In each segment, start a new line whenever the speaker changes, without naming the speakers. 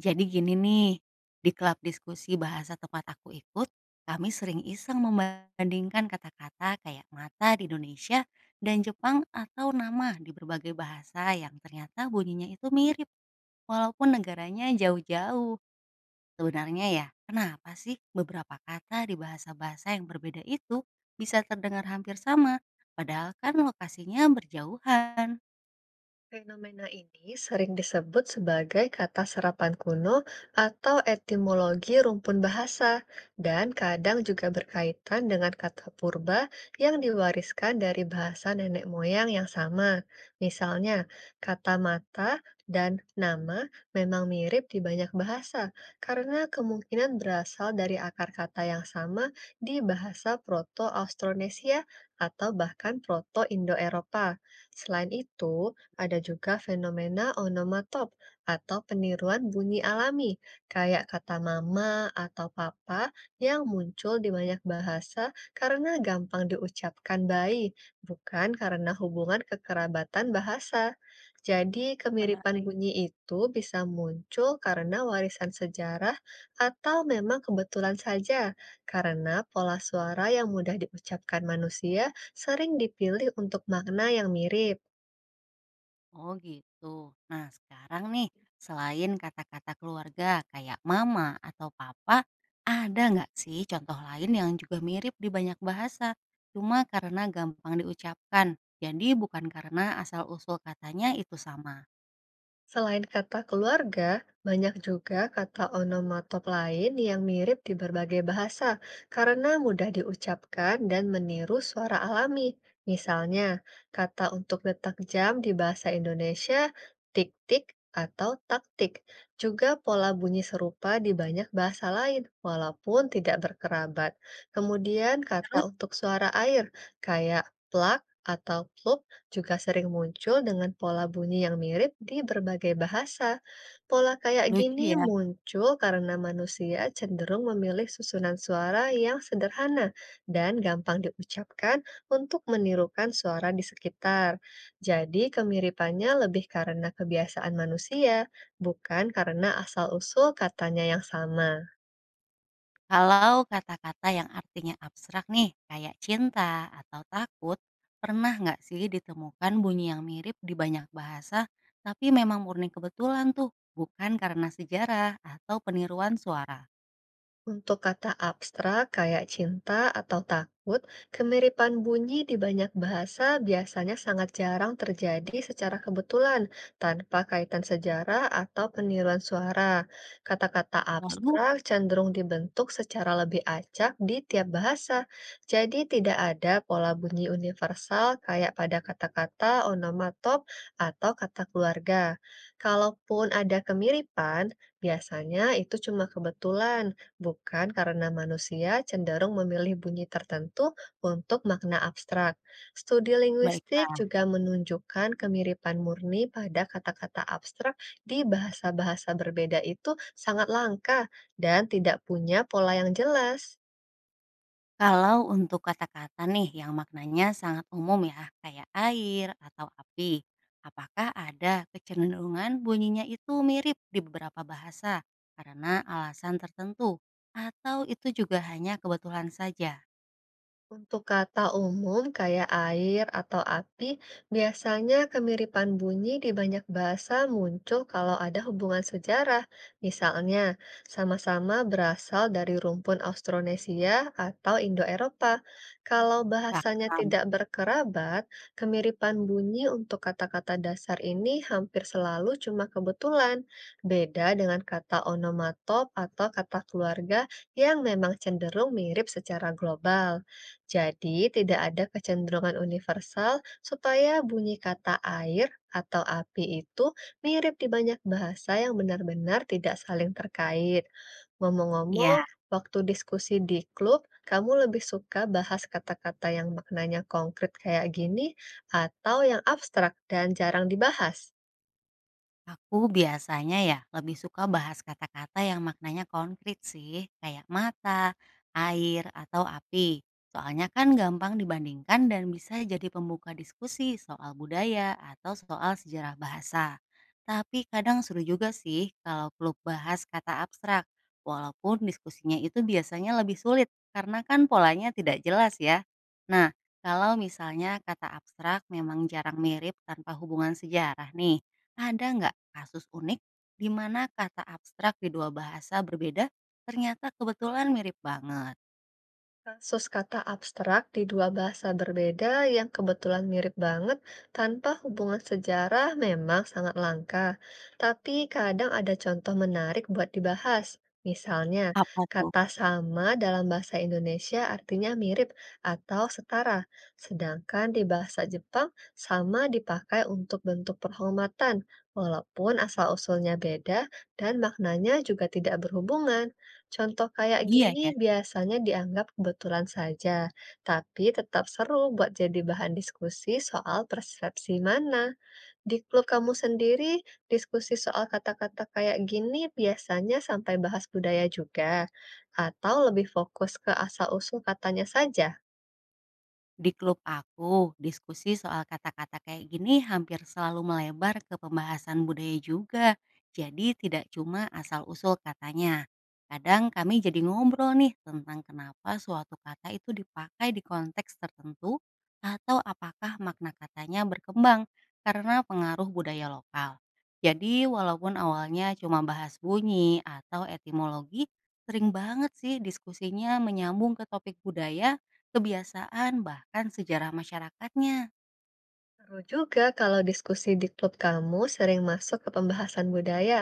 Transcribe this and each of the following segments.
Jadi gini nih, di klub diskusi bahasa tempat aku ikut, kami sering iseng membandingkan kata-kata kayak mata di Indonesia dan Jepang atau nama di berbagai bahasa yang ternyata bunyinya itu mirip walaupun negaranya jauh-jauh. Sebenarnya ya, kenapa sih beberapa kata di bahasa-bahasa yang berbeda itu bisa terdengar hampir sama, padahal kan lokasinya berjauhan?
Fenomena ini sering disebut sebagai kata serapan kuno atau etimologi rumpun bahasa, dan kadang juga berkaitan dengan kata purba yang diwariskan dari bahasa nenek moyang yang sama. Misalnya, kata mata dan nama memang mirip di banyak bahasa karena kemungkinan berasal dari akar kata yang sama di bahasa Proto-Austronesia atau bahkan Proto-Indo-Eropa. Selain itu, ada juga fenomena onomatop atau peniruan bunyi alami, kayak kata mama atau papa yang muncul di banyak bahasa karena gampang diucapkan bayi, bukan karena hubungan kekerabatan bahasa. Jadi, kemiripan
Menarik.
bunyi itu bisa muncul karena warisan sejarah atau memang kebetulan saja, karena pola suara yang mudah diucapkan manusia sering dipilih untuk makna yang mirip.
Oh gitu. Nah sekarang nih, selain kata-kata keluarga kayak mama atau papa, ada nggak sih contoh lain yang juga mirip di banyak bahasa? Cuma karena gampang diucapkan, jadi bukan karena asal-usul katanya itu sama.
Selain kata keluarga, banyak juga kata onomatop lain yang mirip di berbagai bahasa karena mudah diucapkan dan meniru suara alami. Misalnya, kata untuk detak jam di bahasa Indonesia tik-tik atau taktik. Juga pola bunyi serupa di banyak bahasa lain, walaupun tidak berkerabat. Kemudian kata
Terus
untuk suara air, kayak plak atau plup juga sering muncul dengan pola bunyi yang mirip di berbagai bahasa. Pola kayak
lucu
gini
ya.
muncul karena manusia cenderung memilih susunan suara yang sederhana dan gampang diucapkan untuk menirukan suara di sekitar. Jadi, kemiripannya lebih karena kebiasaan manusia, bukan karena asal-usul katanya yang sama.
Kalau kata-kata yang artinya abstrak nih, kayak cinta atau takut, pernah nggak sih ditemukan bunyi yang mirip di banyak bahasa, tapi memang murni kebetulan tuh, bukan karena sejarah atau peniruan suara?
Untuk kata abstrak kayak cinta atau takut, kemiripan bunyi di banyak bahasa biasanya sangat jarang terjadi secara kebetulan tanpa kaitan sejarah atau peniruan suara. Kata-kata
Lalu,
abstrak cenderung dibentuk secara lebih acak di tiap bahasa, jadi tidak ada pola bunyi universal kayak pada kata-kata onomatop atau kata keluarga. Kalaupun ada kemiripan, biasanya itu cuma kebetulan bukan karena manusia cenderung memilih bunyi tertentu untuk makna abstrak. Studi linguistik
baiklah.
juga menunjukkan kemiripan murni pada kata-kata abstrak di bahasa-bahasa berbeda itu sangat langka dan tidak punya pola yang jelas.
Kalau untuk kata-kata nih yang maknanya sangat umum ya, kayak air atau api, apakah ada kecenderungan bunyinya itu mirip di beberapa bahasa karena alasan tertentu? Atau itu juga hanya kebetulan saja?
Untuk kata umum kayak air atau api, biasanya kemiripan bunyi di banyak bahasa muncul kalau ada hubungan sejarah. Misalnya, sama-sama berasal dari rumpun Austronesia atau Indo-Eropa. Kalau bahasanya
Paham?
tidak berkerabat, kemiripan bunyi untuk kata-kata dasar ini hampir selalu cuma kebetulan. Beda dengan kata onomatop atau kata keluarga yang memang cenderung mirip secara global. Jadi, tidak ada kecenderungan universal supaya bunyi kata air atau api itu mirip di banyak bahasa yang benar-benar tidak saling terkait. Ngomong-ngomong,
Ya.
waktu diskusi di klub, kamu lebih suka bahas kata-kata yang maknanya konkret kayak gini atau yang abstrak dan jarang dibahas?
Aku biasanya ya lebih suka bahas kata-kata yang maknanya konkret sih, kayak mata, air, atau api. Soalnya kan gampang dibandingkan dan bisa jadi pembuka diskusi soal budaya atau soal sejarah bahasa. Tapi kadang seru juga sih kalau klub bahas kata abstrak, walaupun diskusinya itu biasanya lebih sulit karena kan polanya tidak jelas ya. Nah, kalau misalnya kata abstrak memang jarang mirip tanpa hubungan sejarah nih. Ada nggak kasus unik di mana kata abstrak di dua bahasa berbeda ternyata kebetulan mirip banget?
Kasus kata abstrak di dua bahasa berbeda yang kebetulan mirip banget tanpa hubungan sejarah memang sangat langka, tapi kadang ada contoh menarik buat dibahas. Misalnya,
Apa tuh?
kata sama dalam bahasa Indonesia artinya mirip atau setara, sedangkan di bahasa Jepang sama dipakai untuk bentuk perhormatan, walaupun asal-usulnya beda dan maknanya juga tidak berhubungan. Contoh kayak
Iya
gini
ya.
biasanya dianggap kebetulan saja, tapi tetap seru buat jadi bahan diskusi soal persepsi mana. Di klub kamu sendiri, diskusi soal kata-kata kayak gini biasanya sampai bahas budaya juga, atau lebih fokus ke asal-usul katanya saja?
Di klub aku, diskusi soal kata-kata kayak gini hampir selalu melebar ke pembahasan budaya juga. Jadi tidak cuma asal-usul katanya. Kadang kami jadi ngobrol nih tentang kenapa suatu kata itu dipakai di konteks tertentu atau apakah makna katanya berkembang karena pengaruh budaya lokal. Jadi walaupun awalnya cuma bahas bunyi atau etimologi, sering banget sih diskusinya menyambung ke topik budaya, kebiasaan, bahkan sejarah masyarakatnya.
Seru juga kalau diskusi di klub kamu sering masuk ke pembahasan budaya,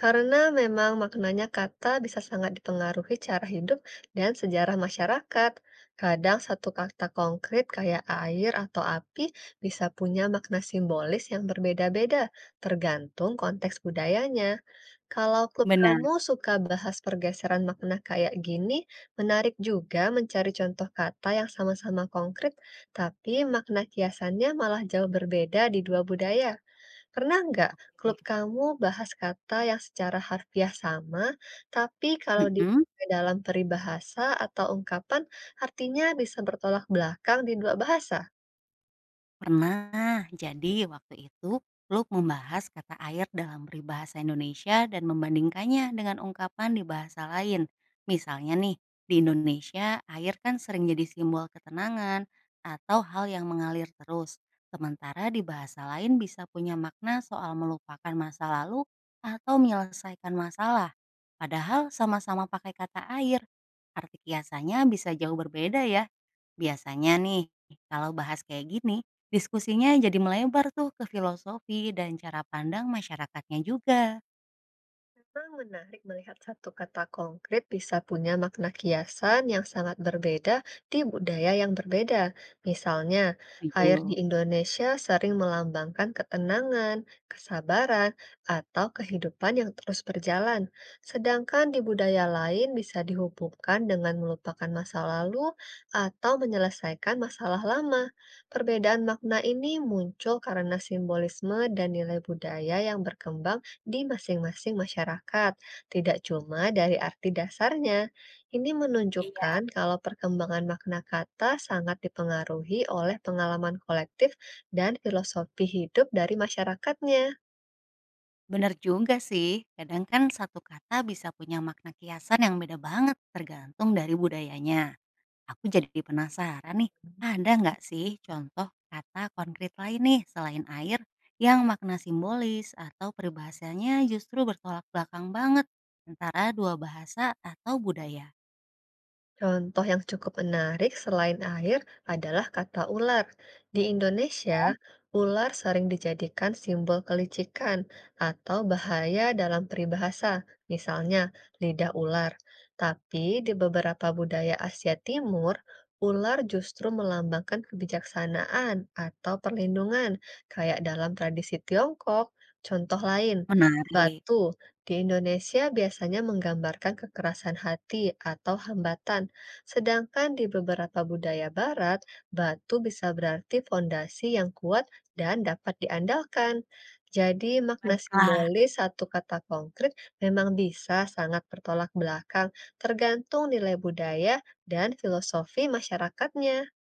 karena memang maknanya kata bisa sangat dipengaruhi cara hidup dan sejarah masyarakat. Kadang satu kata konkret kayak air atau api bisa punya makna simbolis yang berbeda-beda, tergantung konteks budayanya. Kalau klub
Benar.
kamu suka bahas pergeseran makna kayak gini, menarik juga mencari contoh kata yang sama-sama konkret tapi makna kiasannya malah jauh berbeda di dua budaya. Pernah nggak klub
Oke,
kamu bahas kata yang secara harfiah sama, tapi kalau
mhm.
dipakai dalam peribahasa atau ungkapan, artinya bisa bertolak belakang di dua bahasa?
Pernah. Jadi waktu itu Luke membahas kata air dalam peribahasa Indonesia dan membandingkannya dengan ungkapan di bahasa lain. Misalnya nih, di Indonesia air kan sering jadi simbol ketenangan atau hal yang mengalir terus. Sementara di bahasa lain bisa punya makna soal melupakan masa lalu atau menyelesaikan masalah. Padahal sama-sama pakai kata air. Arti kiasannya bisa jauh berbeda ya. Biasanya nih, kalau bahas kayak gini, diskusinya jadi melebar tuh ke filosofi dan cara pandang masyarakatnya juga.
Memang menarik melihat satu kata konkret bisa punya makna kiasan yang sangat berbeda di budaya yang berbeda. Misalnya, air di
Setuju.
Indonesia sering melambangkan ketenangan, kesabaran, atau kehidupan yang terus berjalan. Sedangkan di budaya lain bisa dihubungkan dengan melupakan masa lalu atau menyelesaikan masalah lama. Perbedaan makna ini muncul karena simbolisme dan nilai budaya yang berkembang di masing-masing masyarakat, tidak cuma dari arti dasarnya. Ini menunjukkan kalau perkembangan makna kata sangat dipengaruhi oleh pengalaman kolektif dan filosofi hidup dari masyarakatnya.
Bener juga sih, kadang kan satu kata bisa punya makna kiasan yang beda banget tergantung dari budayanya. Aku jadi penasaran nih, ada nggak sih contoh kata konkret lain nih selain air yang makna simbolis atau peribahasanya justru bertolak belakang banget antara dua bahasa atau budaya?
Contoh yang cukup menarik selain air adalah kata ular. Di Indonesia,
Oh,
ular sering dijadikan simbol kelicikan atau bahaya dalam peribahasa, misalnya lidah ular. Tapi di beberapa budaya Asia Timur, ular justru melambangkan kebijaksanaan atau perlindungan, kayak dalam tradisi Tiongkok. Contoh lain,
menarik.
batu di Indonesia biasanya menggambarkan kekerasan hati atau hambatan. Sedangkan di beberapa budaya Barat, batu bisa berarti fondasi yang kuat dan dapat diandalkan. Jadi, makna
Baiklah.
simbolis satu kata konkret memang bisa sangat bertolak belakang, tergantung nilai budaya dan filosofi masyarakatnya.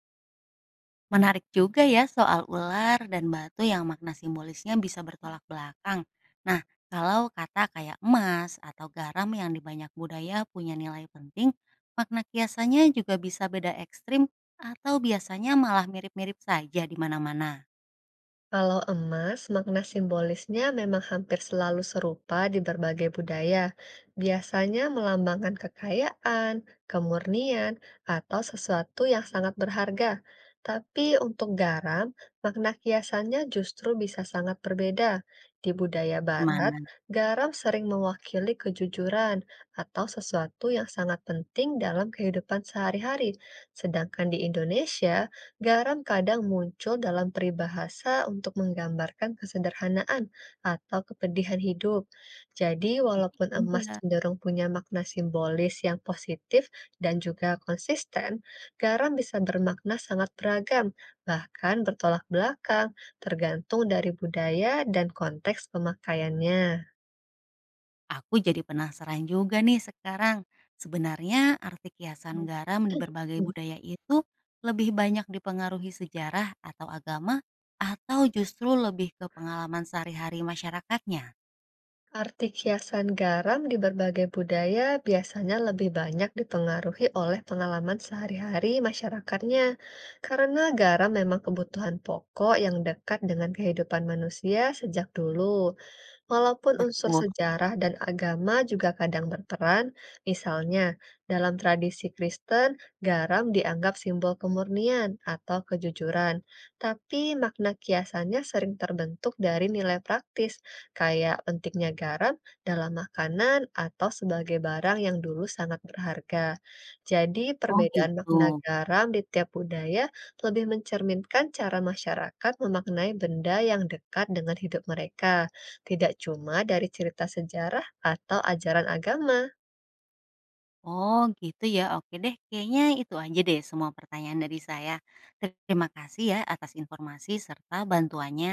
Menarik juga ya soal ular dan batu yang makna simbolisnya bisa bertolak belakang. Nah, kalau kata kayak emas atau garam yang di banyak budaya punya nilai penting, makna kiasannya juga bisa beda ekstrim atau biasanya malah mirip-mirip saja di mana-mana.
Kalau emas, makna simbolisnya memang hampir selalu serupa di berbagai budaya. Biasanya melambangkan kekayaan, kemurnian, atau sesuatu yang sangat berharga. Tapi untuk garam, makna kiasannya justru bisa sangat berbeda. Di budaya Barat,
Gimana?
garam sering mewakili kejujuran atau sesuatu yang sangat penting dalam kehidupan sehari-hari. Sedangkan di Indonesia, garam kadang muncul dalam peribahasa untuk menggambarkan kesederhanaan atau kepedihan hidup. Jadi,
Iya
walaupun emas
juga.
cenderung punya makna simbolis yang positif dan juga konsisten, garam bisa bermakna sangat beragam, bahkan bertolak belakang, tergantung dari budaya dan konteks pemakaiannya.
Aku jadi penasaran juga nih sekarang. Sebenarnya arti kiasan garam di berbagai
Mm.
budaya itu lebih banyak dipengaruhi sejarah atau agama atau justru lebih ke pengalaman sehari-hari masyarakatnya?
Arti kiasan garam di berbagai budaya biasanya lebih banyak dipengaruhi oleh pengalaman sehari-hari masyarakatnya, karena garam memang kebutuhan pokok yang dekat dengan kehidupan manusia sejak dulu. Walaupun unsur
Betul.
sejarah dan agama juga kadang berperan, misalnya dalam tradisi Kristen, garam dianggap simbol kemurnian atau kejujuran, tapi makna kiasannya sering terbentuk dari nilai praktis, kayak pentingnya garam dalam makanan atau sebagai barang yang dulu sangat berharga. Jadi,
Oh
perbedaan
gitu.
makna garam di tiap budaya lebih mencerminkan cara masyarakat memaknai benda yang dekat dengan hidup mereka. Tidak cuma dari cerita sejarah atau ajaran agama.
Oh gitu ya. Oke deh, kayaknya itu aja deh semua pertanyaan dari saya. Terima kasih ya atas informasi serta bantuannya.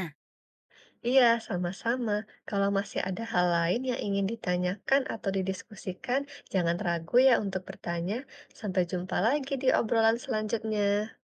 Iya, sama-sama. Kalau masih ada hal lain yang ingin ditanyakan atau didiskusikan, jangan ragu ya untuk bertanya. Sampai jumpa lagi di obrolan selanjutnya.